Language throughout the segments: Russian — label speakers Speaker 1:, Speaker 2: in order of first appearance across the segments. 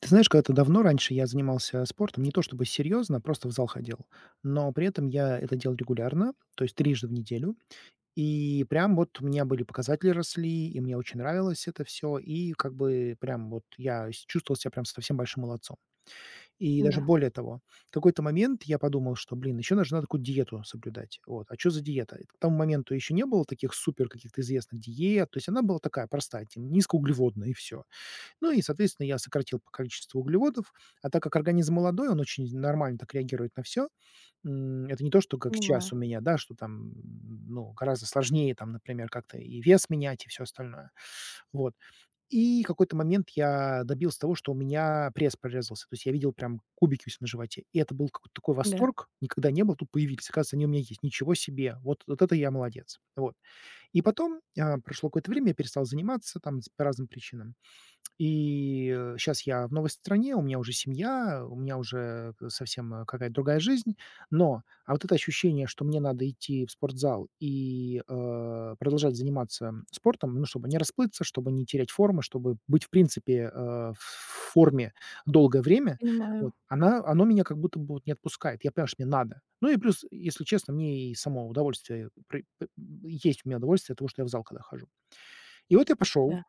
Speaker 1: Ты знаешь, когда-то давно раньше я занимался спортом, не то чтобы серьезно, просто в зал ходил, но при этом я это делал регулярно, то есть трижды в неделю. И прям вот у меня были показатели росли, и мне очень нравилось это все, и как бы прям чувствовал себя прям совсем большим молодцом. И даже
Speaker 2: Да,
Speaker 1: более того, в какой-то момент я подумал, что, блин, еще даже надо такую диету соблюдать. Вот. А что за диета? К тому моменту еще не было таких супер каких-то известных диет, то есть она была такая простая, типа, низкоуглеводная, и все. Ну и, соответственно, я сократил по количеству углеводов. А так как организм молодой, он очень нормально так реагирует на все. Это не то, что как сейчас
Speaker 2: понимаю.
Speaker 1: у меня, да, что там, ну, гораздо сложнее там, например, как-то и вес менять, и все остальное. Вот. И какой-то момент я добился того, что у меня пресс прорезался. То есть я видел прям кубики у себя на животе. И это был какой-то такой
Speaker 2: Да,
Speaker 1: восторг, никогда не был, тут появились. Оказывается, они у меня есть. Ничего себе! Вот это я молодец. Вот. И потом, прошло какое-то время, я перестал заниматься там с по разным причинам. И сейчас я в новой стране, у меня уже семья, у меня уже совсем, какая-то другая жизнь. Но, а вот это ощущение, что мне надо идти в спортзал и, продолжать заниматься, спортом, ну, чтобы не расплыться, чтобы не терять формы, чтобы быть, в принципе, в форме долгое время,
Speaker 2: понимаю.
Speaker 1: вот, она оно меня как будто бы вот не отпускает. Я понимаю, что мне надо. Ну и плюс, если честно, мне и само удовольствие при п есть у меня удовольствие от того, что я в зал когда хожу. И вот я пошел,
Speaker 2: Да.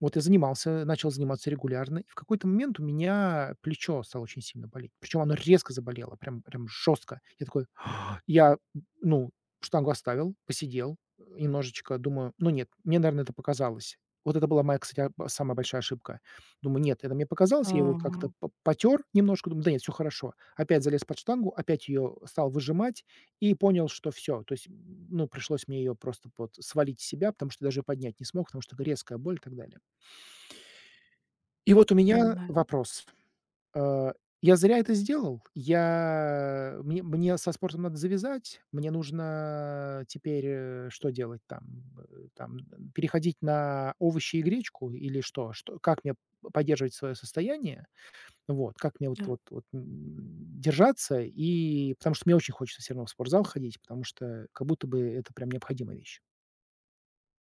Speaker 1: вот я занимался, начал заниматься регулярно, и в какой-то момент у меня плечо стало очень сильно болеть. Причем оно резко заболело, прям жестко. Я такой «А». Я, ну, штангу оставил, посидел, немножечко, думаю: "Ну нет, мне, наверное это показалось". Вот это была моя, кстати, самая большая ошибка. Думаю: "Нет, это мне показалось". Я его как-то
Speaker 2: Ага,
Speaker 1: по потер немножко, думаю: "Да нет, все хорошо". Опять залез под штангу, опять ее стал выжимать и понял, что все. То есть, ну, пришлось мне ее просто вот свалить с себя, потому что даже поднять не смог, потому что резкая боль и так далее. И вот у меня
Speaker 2: понимаю.
Speaker 1: вопрос. Э, я зря это сделал? Я мне мне со спортом надо завязать? Мне нужно теперь, что делать там? Э, переходить на овощи и гречку или что? Как мне поддерживать свое состояние? Вот, как мне
Speaker 2: Да.
Speaker 1: держаться? И потому что мне очень хочется все равно в спортзал ходить, потому что как будто бы это прям необходимая вещь.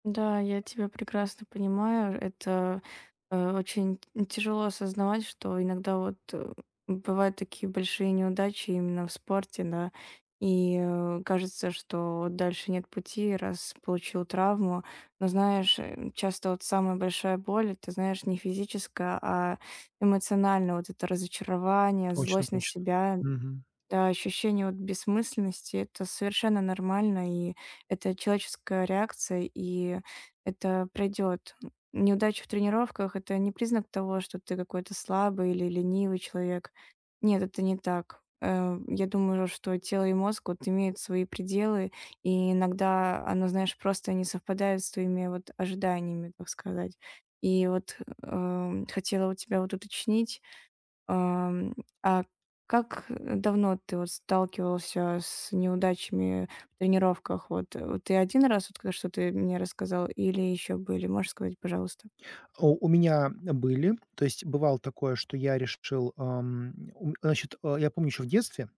Speaker 2: Да, я тебя прекрасно понимаю. Это, очень т тяжело осознавать, что иногда вот, бывают такие большие неудачи именно в спорте, да. И, кажется, что вот дальше нет пути, раз получил травму. Но знаешь, часто вот самая большая боль - это, знаешь, не физическая, а эмоциональная. Вот это разочарование,
Speaker 1: Точно,
Speaker 2: злость на
Speaker 1: точно.
Speaker 2: себя.
Speaker 1: Мгм.
Speaker 2: Да, ощущение вот бессмысленности - это совершенно нормально, и это человеческая реакция, и это пройдет. Неудача в тренировках - это не признак того, что ты какой-то слабый или ленивый человек. Нет, это не так. Я думаю, что тело и мозг вот имеют свои пределы, и иногда оно, знаешь, просто не совпадает с твоими вот ожиданиями, так сказать. И вот, хотела у тебя вот уточнить, Ам, а как давно ты вот сталкивался с неудачами в тренировках? Вот, ты один раз, вот, что ты мне рассказал, или еще были? Можешь сказать, пожалуйста?
Speaker 1: У меня были. То есть бывало такое, что я решил, ам, у значит, э, я помню еще в детстве,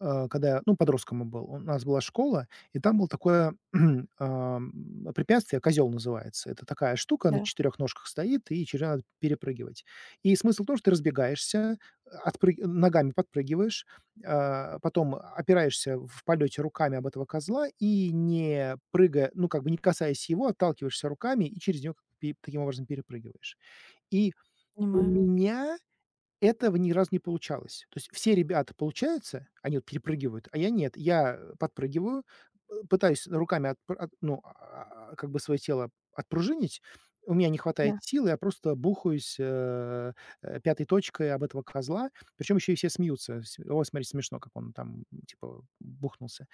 Speaker 1: когда, я, ну, подростком я был, у нас была школа, и там было такое, препятствие, козел называется. Это такая штука, на
Speaker 2: Да,
Speaker 1: четырех ножках стоит, и через неё надо перепрыгивать. И смысл в том, что ты разбегаешься, отпрыг ногами подпрыгиваешь, потом опираешься в полете руками об этого козла и, не прыгая, ну, как бы не касаясь его, отталкиваешься руками и через него как бы пе таким образом перепрыгиваешь. И у
Speaker 2: понимаю.
Speaker 1: меня этого ни разу не получалось. То есть все ребята получаются, они вот перепрыгивают, а я нет. Я подпрыгиваю, э, пытаюсь руками отпр от ну, а, как бы свое тело отпружинить. У меня не хватает
Speaker 2: Да.
Speaker 1: силы, я просто бухаюсь, пятой точкой об этого козла. Причем еще и все смеются. С "Ой, смотри, смешно, как он там, типа, бухнулся".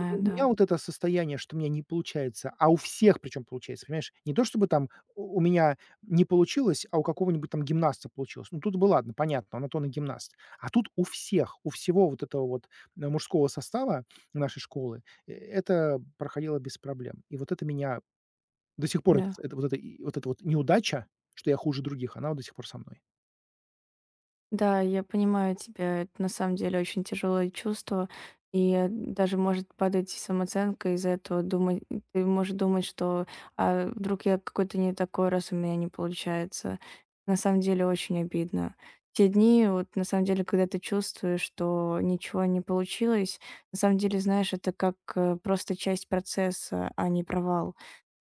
Speaker 1: И у меня
Speaker 2: да,
Speaker 1: вот это состояние, что у меня не получается, а у всех причем получается, понимаешь? Не то чтобы там у меня не получилось, а у какого-нибудь там гимнаста получилось. Ну, тут бы ладно, понятно, он на то он и гимнаст. А тут у всех, у всего вот этого вот, мужского состава нашей школы, это проходило без проблем. И вот это меня до сих пор, это
Speaker 2: да.
Speaker 1: это вот это и вот эта вот неудача, что я хуже других, она вот до сих пор со мной.
Speaker 2: Да, я понимаю тебя. Это на самом деле очень тяжелое чувство. И даже может падать самооценка из-за этого. Думать, ты можешь думать, что вдруг я какой-то не такой, раз у меня не получается. На самом деле очень обидно. Те дни, вот на самом деле, когда ты чувствуешь, что ничего не получилось, на самом деле, знаешь, это как просто часть процесса, а не провал.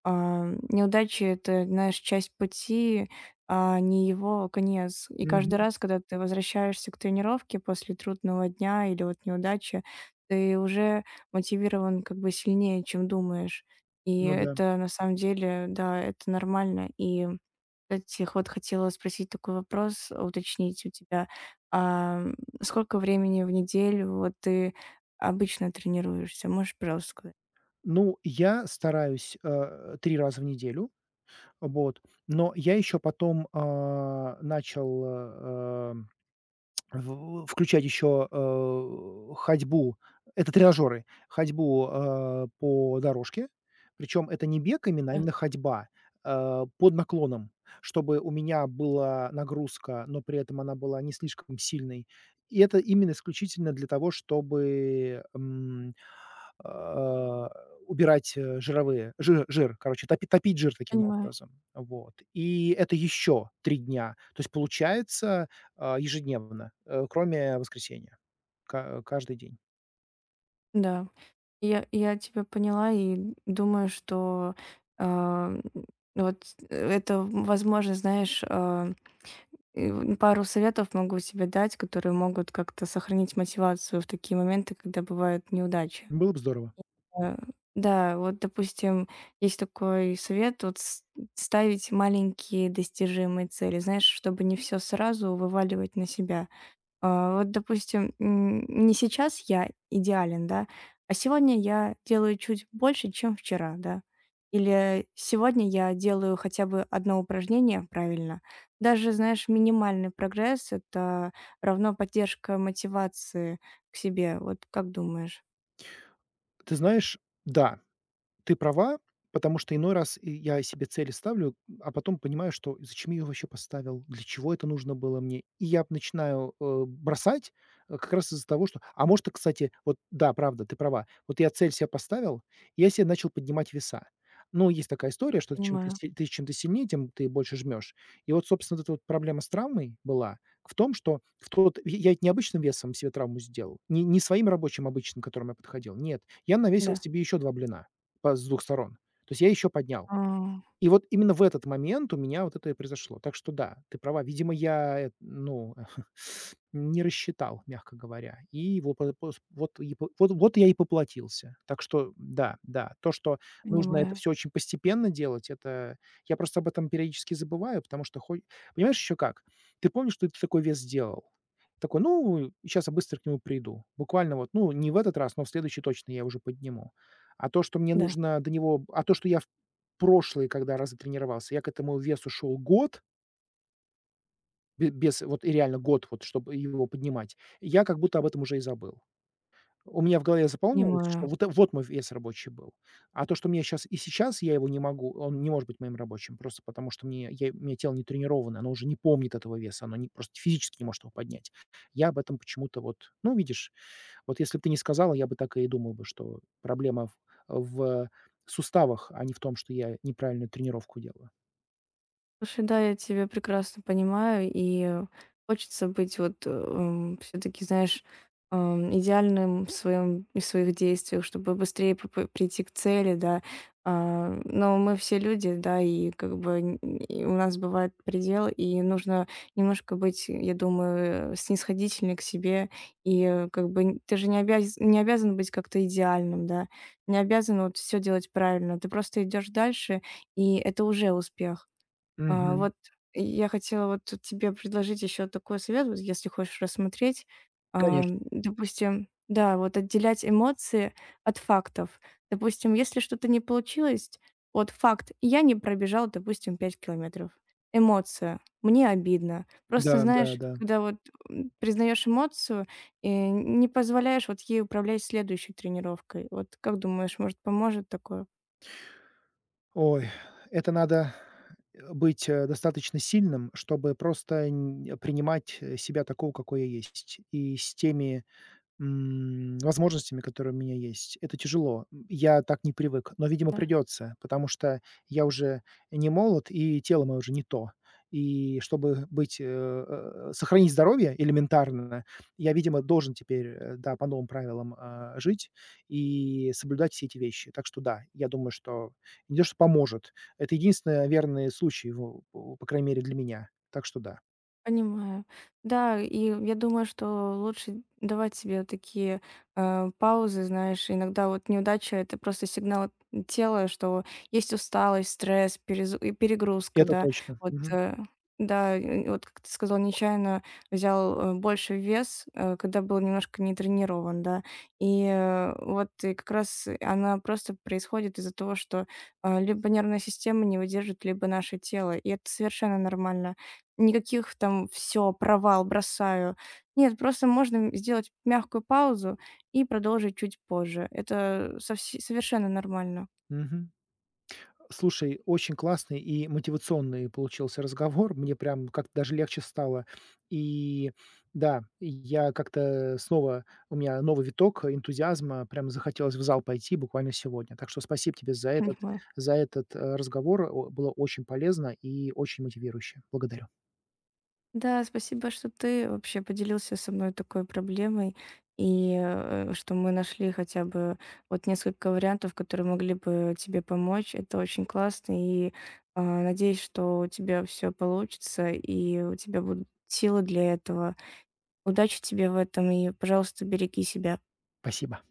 Speaker 2: Неудачи — это, знаешь, часть пути, а не его конец. И каждый
Speaker 1: Мгм.
Speaker 2: раз, когда ты возвращаешься к тренировке после трудного дня или вот неудачи, ты уже мотивирован как бы сильнее, чем думаешь. И
Speaker 1: Ну да.
Speaker 2: это на самом деле, да, это нормально. И, кстати, вот хотела спросить такой вопрос, уточнить у тебя. А, м, Сколько времени в неделю вот ты обычно тренируешься? Можешь, пожалуйста, сказать?
Speaker 1: Ну, я стараюсь, 3 раза в неделю. Вот. Но я еще потом, начал, э, эм, в включать еще, ходьбу, это тренажеры, ходьбу, по дорожке. Причем это не бег именно, а
Speaker 2: Да,
Speaker 1: именно ходьба, под наклоном, чтобы у меня была нагрузка, но при этом она была не слишком сильной. И это именно исключительно для того, чтобы, э, убирать, жир, короче, топить жир таким
Speaker 2: понимаю.
Speaker 1: образом. Вот. И это еще 3 дня. То есть получается ежедневно, кроме воскресенья. Ка Каждый день.
Speaker 2: Да. Я тебя поняла и думаю, что, а, вот это, возможно, знаешь, и в пару советов могу тебе дать, которые могут как-то сохранить мотивацию в такие моменты, когда бывают неудачи.
Speaker 1: Было бы здорово.
Speaker 2: Э, да, вот, допустим, есть такой совет, вот с ставить маленькие достижимые цели, знаешь, чтобы не все сразу вываливать на себя. Допустим, не сейчас я идеален, да, а сегодня я делаю чуть больше, чем вчера, да. Или сегодня я делаю хотя бы одно упражнение правильно. Даже, знаешь, минимальный прогресс — это равно поддержка мотивации к себе. Вот как думаешь?
Speaker 1: Ты знаешь, да, ты права, потому что иной раз и я себе цели ставлю, а потом понимаю, что зачем я ее вообще поставил, для чего это нужно было мне. И я начинаю, бросать, как раз из-за того, что а может, и, кстати, вот да, правда, ты права. Вот я цель себе поставил, и я себе начал поднимать веса. Ну, есть такая история, что чем ты
Speaker 2: Понимаю.
Speaker 1: си ты чем ты сильнее, тем ты больше жмешь. И вот, собственно, вот эта вот проблема с травмой была в том, что в тот я ведь необычным весом себе травму сделал, не своим рабочим обычным, к которому я подходил, нет. Я навесил
Speaker 2: Да.
Speaker 1: себе еще 2 блина. По с двух сторон. То есть я еще поднял.
Speaker 2: А,
Speaker 1: И вот именно в этот момент у меня вот это и произошло. Так что да, ты права. Видимо, я, ну, не рассчитал, мягко говоря. И во по пос вот и по вот вот Я и поплатился. Так что да, да, то, что нужно это
Speaker 2: Понимаю.
Speaker 1: все очень постепенно делать, это я просто об этом периодически забываю, потому что хо понимаешь, еще как? Ты помнишь, что ты такой вес сделал? Такой: "Ну, сейчас я быстро к нему приду". Буквально вот, ну, не в этот раз, но в следующий точно я уже подниму. А то, что мне
Speaker 2: Да.
Speaker 1: нужно до него А то, что я прошлый, когда раз тренировался, я к этому весу шел год, бе без вот и реально год, вот чтобы его поднимать, я как будто об этом уже и забыл. У меня в голове заполнилось, что
Speaker 2: Понимаю.
Speaker 1: вот мой вес рабочий был. А то, что мне сейчас и сейчас я его не могу, он не может быть моим рабочим, просто потому что мне я у меня тело не тренировано, оно уже не помнит этого веса, оно не просто физически не может его поднять. Я об этом почему-то вот ну, видишь, вот если бы ты не сказала, я бы так и думал бы, что проблема в суставах, а не в том, что я неправильную тренировку делаю.
Speaker 2: Слушай, да, я тебя прекрасно понимаю, и хочется быть вот все-таки, знаешь, идеальным в своем и в своих действиях, чтобы быстрее прийти к цели, да. Но мы все люди, да, и как бы и у нас бывает предел, и нужно немножко быть, я думаю, снисходительнее к себе, и ты же не обязан быть как-то идеальным, да, не обязан вот все делать правильно, ты просто идешь дальше, и это уже успех.
Speaker 1: Мгм.
Speaker 2: Вот я хотела вот тут тебе предложить еще такой совет, вот если хочешь рассмотреть. А,
Speaker 1: Конечно.
Speaker 2: допустим, да, вот отделять эмоции от фактов. Допустим, если что-то не получилось, вот факт, я не пробежал, допустим, 5 километров. Эмоция, мне обидно. Просто
Speaker 1: Да, да,
Speaker 2: знаешь,
Speaker 1: да.
Speaker 2: когда вот признаешь эмоцию и не позволяешь вот ей управлять следующей тренировкой. Вот как думаешь, может, поможет такое?
Speaker 1: Ой, это надо, быть, достаточно сильным, чтобы просто нь принимать, себя такого, какой я есть, и с теми возможностями, которые у меня есть. Это тяжело. Я так не привык, но, видимо, придется, потому что я уже не молод, и тело мое уже не то. И чтобы быть, сохранить здоровье элементарно, я, видимо, должен теперь, да, по новым правилам, жить и соблюдать все эти вещи. Так что да, я думаю, что не то что поможет, это единственный верный случай, во по крайней мере, для меня. Так что да,
Speaker 2: Понимаю. Да, и я думаю, что лучше давать себе вот такие, паузы, знаешь. Иногда вот неудача - это просто сигнал от тела, что есть усталость, стресс, перез и перегрузка,
Speaker 1: это
Speaker 2: да.
Speaker 1: точно.
Speaker 2: Вот,
Speaker 1: Мгм.
Speaker 2: вот как ты сказал, нечаянно взял, больше вес, когда был немножко не тренирован, да. Вот и как раз она просто происходит из-за того, что, либо нервная система не выдержит, либо наше тело, и это совершенно нормально. Никаких там: "все провал, бросаю". Нет, просто можно сделать мягкую паузу и продолжить чуть позже. Это совсе совершенно нормально.
Speaker 1: Мгм. Слушай, очень классный и мотивационный получился разговор. Мне прям как-то даже легче стало. И да, я как-то снова у меня новый виток энтузиазма, прям захотелось в зал пойти буквально сегодня. Так что спасибо тебе за этот
Speaker 2: Понимаю.
Speaker 1: разговор. О, было очень полезно и очень мотивирующе. Благодарю.
Speaker 2: Да, спасибо, что ты вообще поделился со мной такой проблемой и, что мы нашли хотя бы вот несколько вариантов, которые могли бы тебе помочь. Это очень классно, и, надеюсь, что у тебя все получится и у тебя будут силы для этого. Удачи тебе в этом и, пожалуйста, береги себя.
Speaker 1: Спасибо.